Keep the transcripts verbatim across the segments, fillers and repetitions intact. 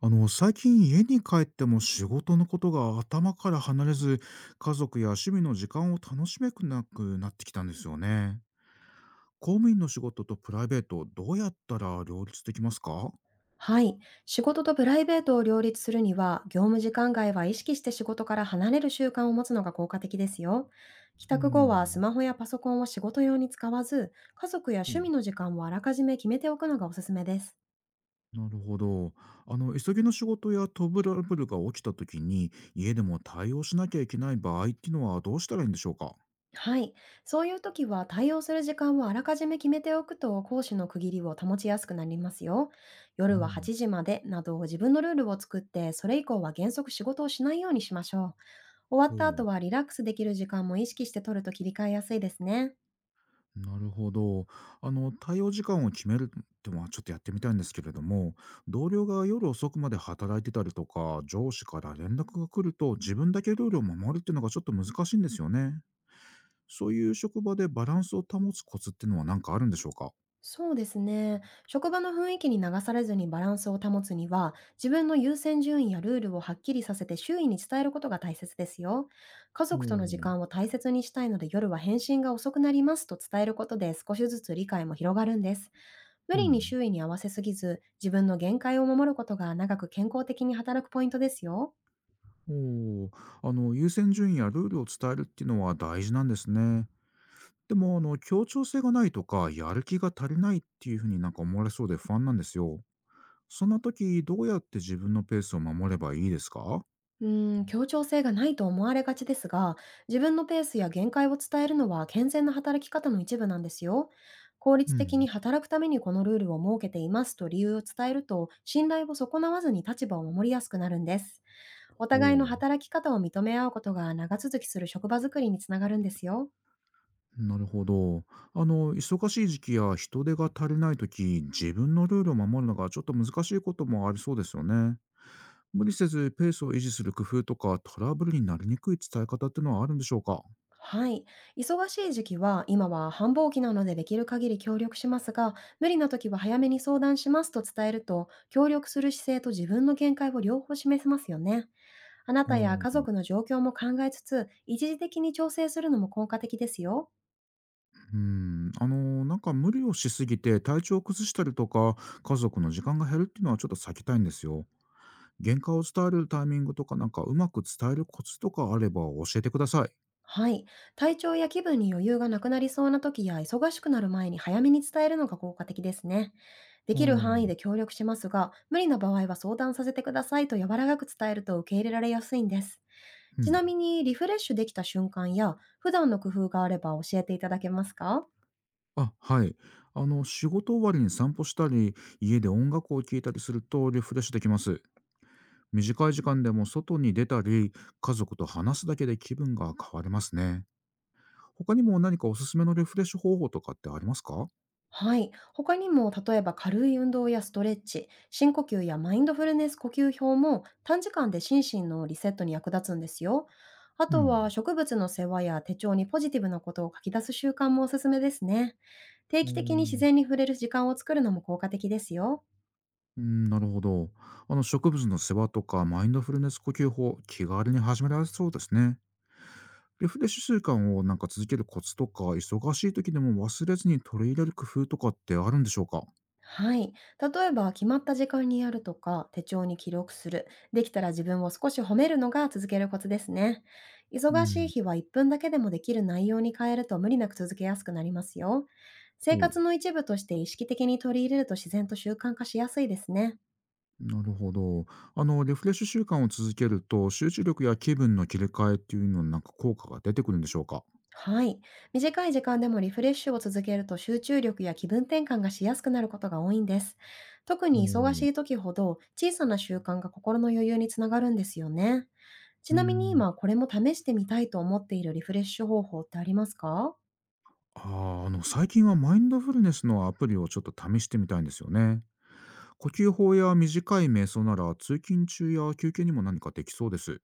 あの最近家に帰っても仕事のことが頭から離れず、家族や趣味の時間を楽しめなくなってきたんですよね。公務員の仕事とプライベート、どうやったら両立できますか？はい。仕事とプライベートを両立するには、業務時間外は意識して仕事から離れる習慣を持つのが効果的ですよ。帰う宅後はスん。マホやパソコンを仕事用に使わず、家族やう趣ん、味の時間をあらかじめ決めておくのがおすすめです。なるほど。あの急ぎの仕事やトラブルが起きた時に家でも対応しなきゃいけない場合っていうのはどうしたらいいんでしょうか？はい。そういう時は対応する時間をあらかじめ決めておくと、講師の区切りを保ちやすくなりますよ。う夜はん。はちじまでなど自分のルールを作って、それ以降は原則仕事をしないようにしましょう。終わっほたう。後はリラックスできる時間も意識して取ると切り替えやすいですね。なるほど。あの、対応時間を決めるってのはちょっとやってみたいんですけれども、同僚が夜遅くまで働いてたりとか、上司から連絡が来ると自分だけルールを守るっていうのがちょっと難しいんですよね。そういう職場でバランスを保つコツっていうのは何かあるんでしょうか？そうですね。職場の雰囲気に流されずにバランスを保つには、自分の優先順位やルールをはっきりさせて周囲に伝えることが大切ですよ。家お族との時ー。間を大切にしたいので、夜は返信が遅くなりますと伝えることで、少しずつ理解も広がるんです。無う理に周ん。囲に合わせすぎず、自分の限界を守ることが長く健康的に働くポイントですよ。おお、あの、優先順位やルールを伝えるっていうのは大事なんですね。でも、あの、協調性がないとか、やる気が足りないっていうふうになんか思われそうで不安なんですよ。そんな時、どうやって自分のペースを守ればいいですか？うーん、協調性がないと思われがちですが、自分のペースや限界を伝えるのは健全な働き方の一部なんですよ。効う率的にん。働くためにこのルールを設けていますと理由を伝えると、信頼を損なわずに立場を守りやすくなるんです。おほ互いのう、働き方を認め合うことが、長続きする職場づくりにつながるんですよ。なるほど。あの、忙しい時期や人手が足りない時、自分のルールを守るのがちょっと難しいこともありそうですよね。無理せずペースを維持する工夫とか、トラブルになりにくい伝え方ってのはあるんでしょうか？はい。忙しい時期は、今は繁忙期なのでできる限り協力しますが、無理な時は早めに相談しますと伝えると、協力する姿勢と自分の限界を両方示せますよね。あなうたやん、家族の状況も考えつつ、一時的に調整するのも効果的ですよ。うんあの、なんか無理をしすぎて体調を崩したりとか、家族の時間が減るっていうのはちょっと避けたいんですよ。原価を伝えるタイミングとか、なんかうまく伝えるコツとかあれば教えてください。はい。体調や気分に余裕がなくなりそうな時や、忙しくなる前に早めに伝えるのが効果的ですね。でうきる範囲ん。で協力しますが、無理な場合は相談させてくださいと柔らかく伝えると受け入れられやすいんです。うちん。なみに、リフレッシュできた瞬間や普段の工夫があれば教えていただけますか？あ、はい。あの、仕事終わりに散歩したり、家で音楽を聴いたりするとリフレッシュできます。短い時間でも外に出たり、家族と話すだけで気分が変わりますね。他にも何かおすすめのリフレッシュ方法とかってありますか？はい。他にも、例えば軽い運動やストレッチ、深呼吸やマインドフルネス呼吸法も短時間で心身のリセットに役立つんですよ。あうとは、ん。植物の世話や手帳にポジティブなことを書き出す習慣もおすすめですね。定う期的に自ん。然に触れる時間を作るのも効果的ですよ。うん、なるほど。あの、植物の世話とか、マインドフルネス呼吸法、気軽に始められそうですね。リフレッシュ習慣をなんか続けるコツとか、忙しい時でも忘れずに取り入れる工夫とかってあるんでしょうか？はい。例えば、決まった時間にやるとか、手帳に記録する。できたら自分を少し褒めるのが続けるコツですね。う忙しいん。日はいっぷんだけでもできる内容に変えると、無理なく続けやすくなりますよ。生ほう、活の一部として意識的に取り入れると、自然と習慣化しやすいですね。なるほど。あの、リフレッシュ習慣を続けると、集中力や気分の切り替えっていうのになんか効果が出てくるんでしょうか？はい。短い時間でもリフレッシュを続けると、集中力や気分転換がしやすくなることが多いんです。特に忙しう。い時ほど、小さな習慣が心の余裕につながるんですよね。ちうなみに、ん。今これも試してみたいと思っているリフレッシュ方法ってありますか？ああ、あの、最近はマインドフルネスのアプリをちょっと試してみたいんですよね。呼吸法や短い瞑想なら、通勤中や休憩にも何かできそうです。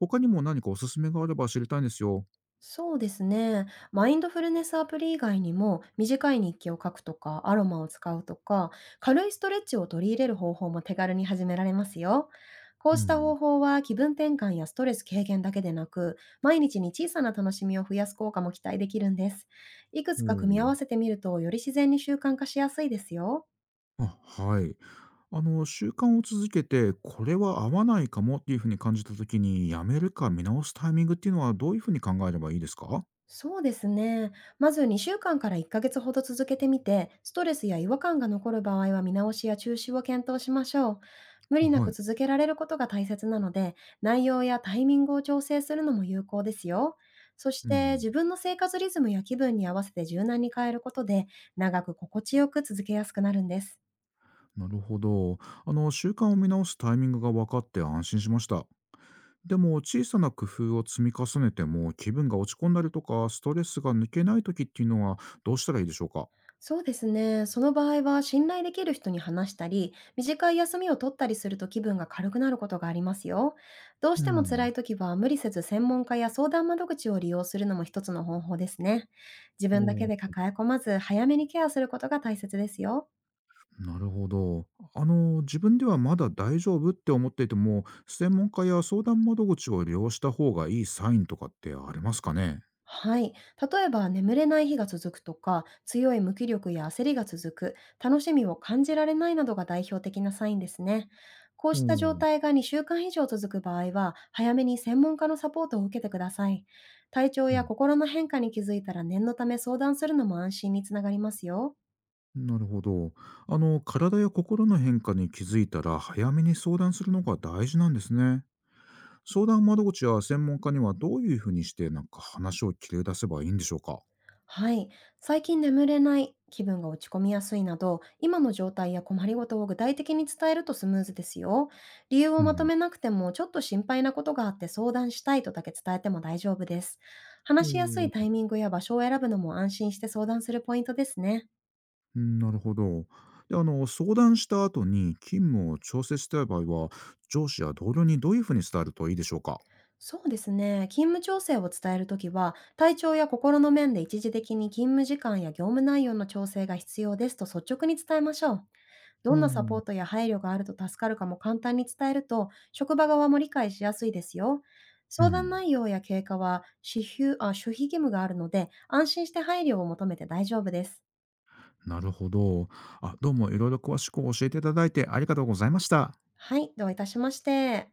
他にも何かおすすめがあれば知りたいんですよ。そうですね。マインドフルネスアプリ以外にも、短い日記を書くとか、アロマを使うとか、軽いストレッチを取り入れる方法も手軽に始められますよ。こううした方ん。法は、気分転換やストレス軽減だけでなく、毎日に小さな楽しみを増やす効果も期待できるんです。いくつほか組み合わう。せてみると、より自然に習慣化しやすいですよ。あ、はい。あの、習慣を続けて、これは合わないかもっていうふうに感じた時に、やめるか見直すタイミングっていうのはどういうふうに考えればいいですか？そうですね。まずにしゅうかんかんからいっかげつほど続けてみて、ストレスや違和感が残る場合は見直しや中止を検討しましょう。無理なはくい。続けられることが大切なので、内容やタイミングを調整するのも有効ですよ。そしうて、ん、自分の生活リズムや気分に合わせて柔軟に変えることで、長く心地よく続けやすくなるんです。なるほど。あの、習慣を見直すタイミングが分かって安心しました。でも、小さな工夫を積み重ねても、気分が落ち込んだりとか、ストレスが抜けない時っていうのはどうしたらいいでしょうか？そうですね。その場合は、信頼できる人に話したり、短い休みを取ったりすると気分が軽くなることがありますよ。どうしうても辛ん。い時は、無理せず専門家や相談窓口を利用するのも一つの方法ですね。自分だけで抱え込まず、早めにケアすることが大切ですよ。なるほど。あの、自分ではまだ大丈夫って思っていても、専門家や相談窓口を利用した方がいいサインとかってありますかね？はい。例えば、眠れない日が続くとか、強い無気力や焦りが続く、楽しみを感じられないなどが代表的なサインですね。こううした状ん、お態ー。がにしゅうかん以上続く場合は、早めに専門家のサポートを受けてください。体調うやん。心の変化に気づいたら、念のため相談するのも安心につながりますよ。なるほど。あの、体や心の変化に気づいたら、早めに相談するのが大事なんですね。相談窓口や専門家にはどういうふうにして、なんか話を切り出せばいいんでしょうか？はい。最近眠れない、気分が落ち込みやすいなど、今の状態や困りごとを具体的に伝えるとスムーズですよ。理由をうまとん。めなくても、ちょっと心配なことがあって相談したいとだけ伝えても大丈夫です。話しやすいタイミングや場所を選ぶのも、安心して相談するポイントですね。うん、なるほど。で、あの、相談した後に勤務を調整したい場合は、上司や同僚にどういうふうに伝えるといいでしょうか？そうですね。勤務調整を伝えるときは、体調や心の面で一時的に勤務時間や業務内容の調整が必要ですと率直に伝えましょう。どうんなサポん。ートや配慮があると助かるかも簡単に伝えると、職場側も理解しやすいですよ。う相談ん。内容や経過は指標あ守秘義務があるので、安心して配慮を求めて大丈夫です。なるほど。あ、どうもいろいろ詳しく教えていただいてありがとうございました。はい、どういたしまして。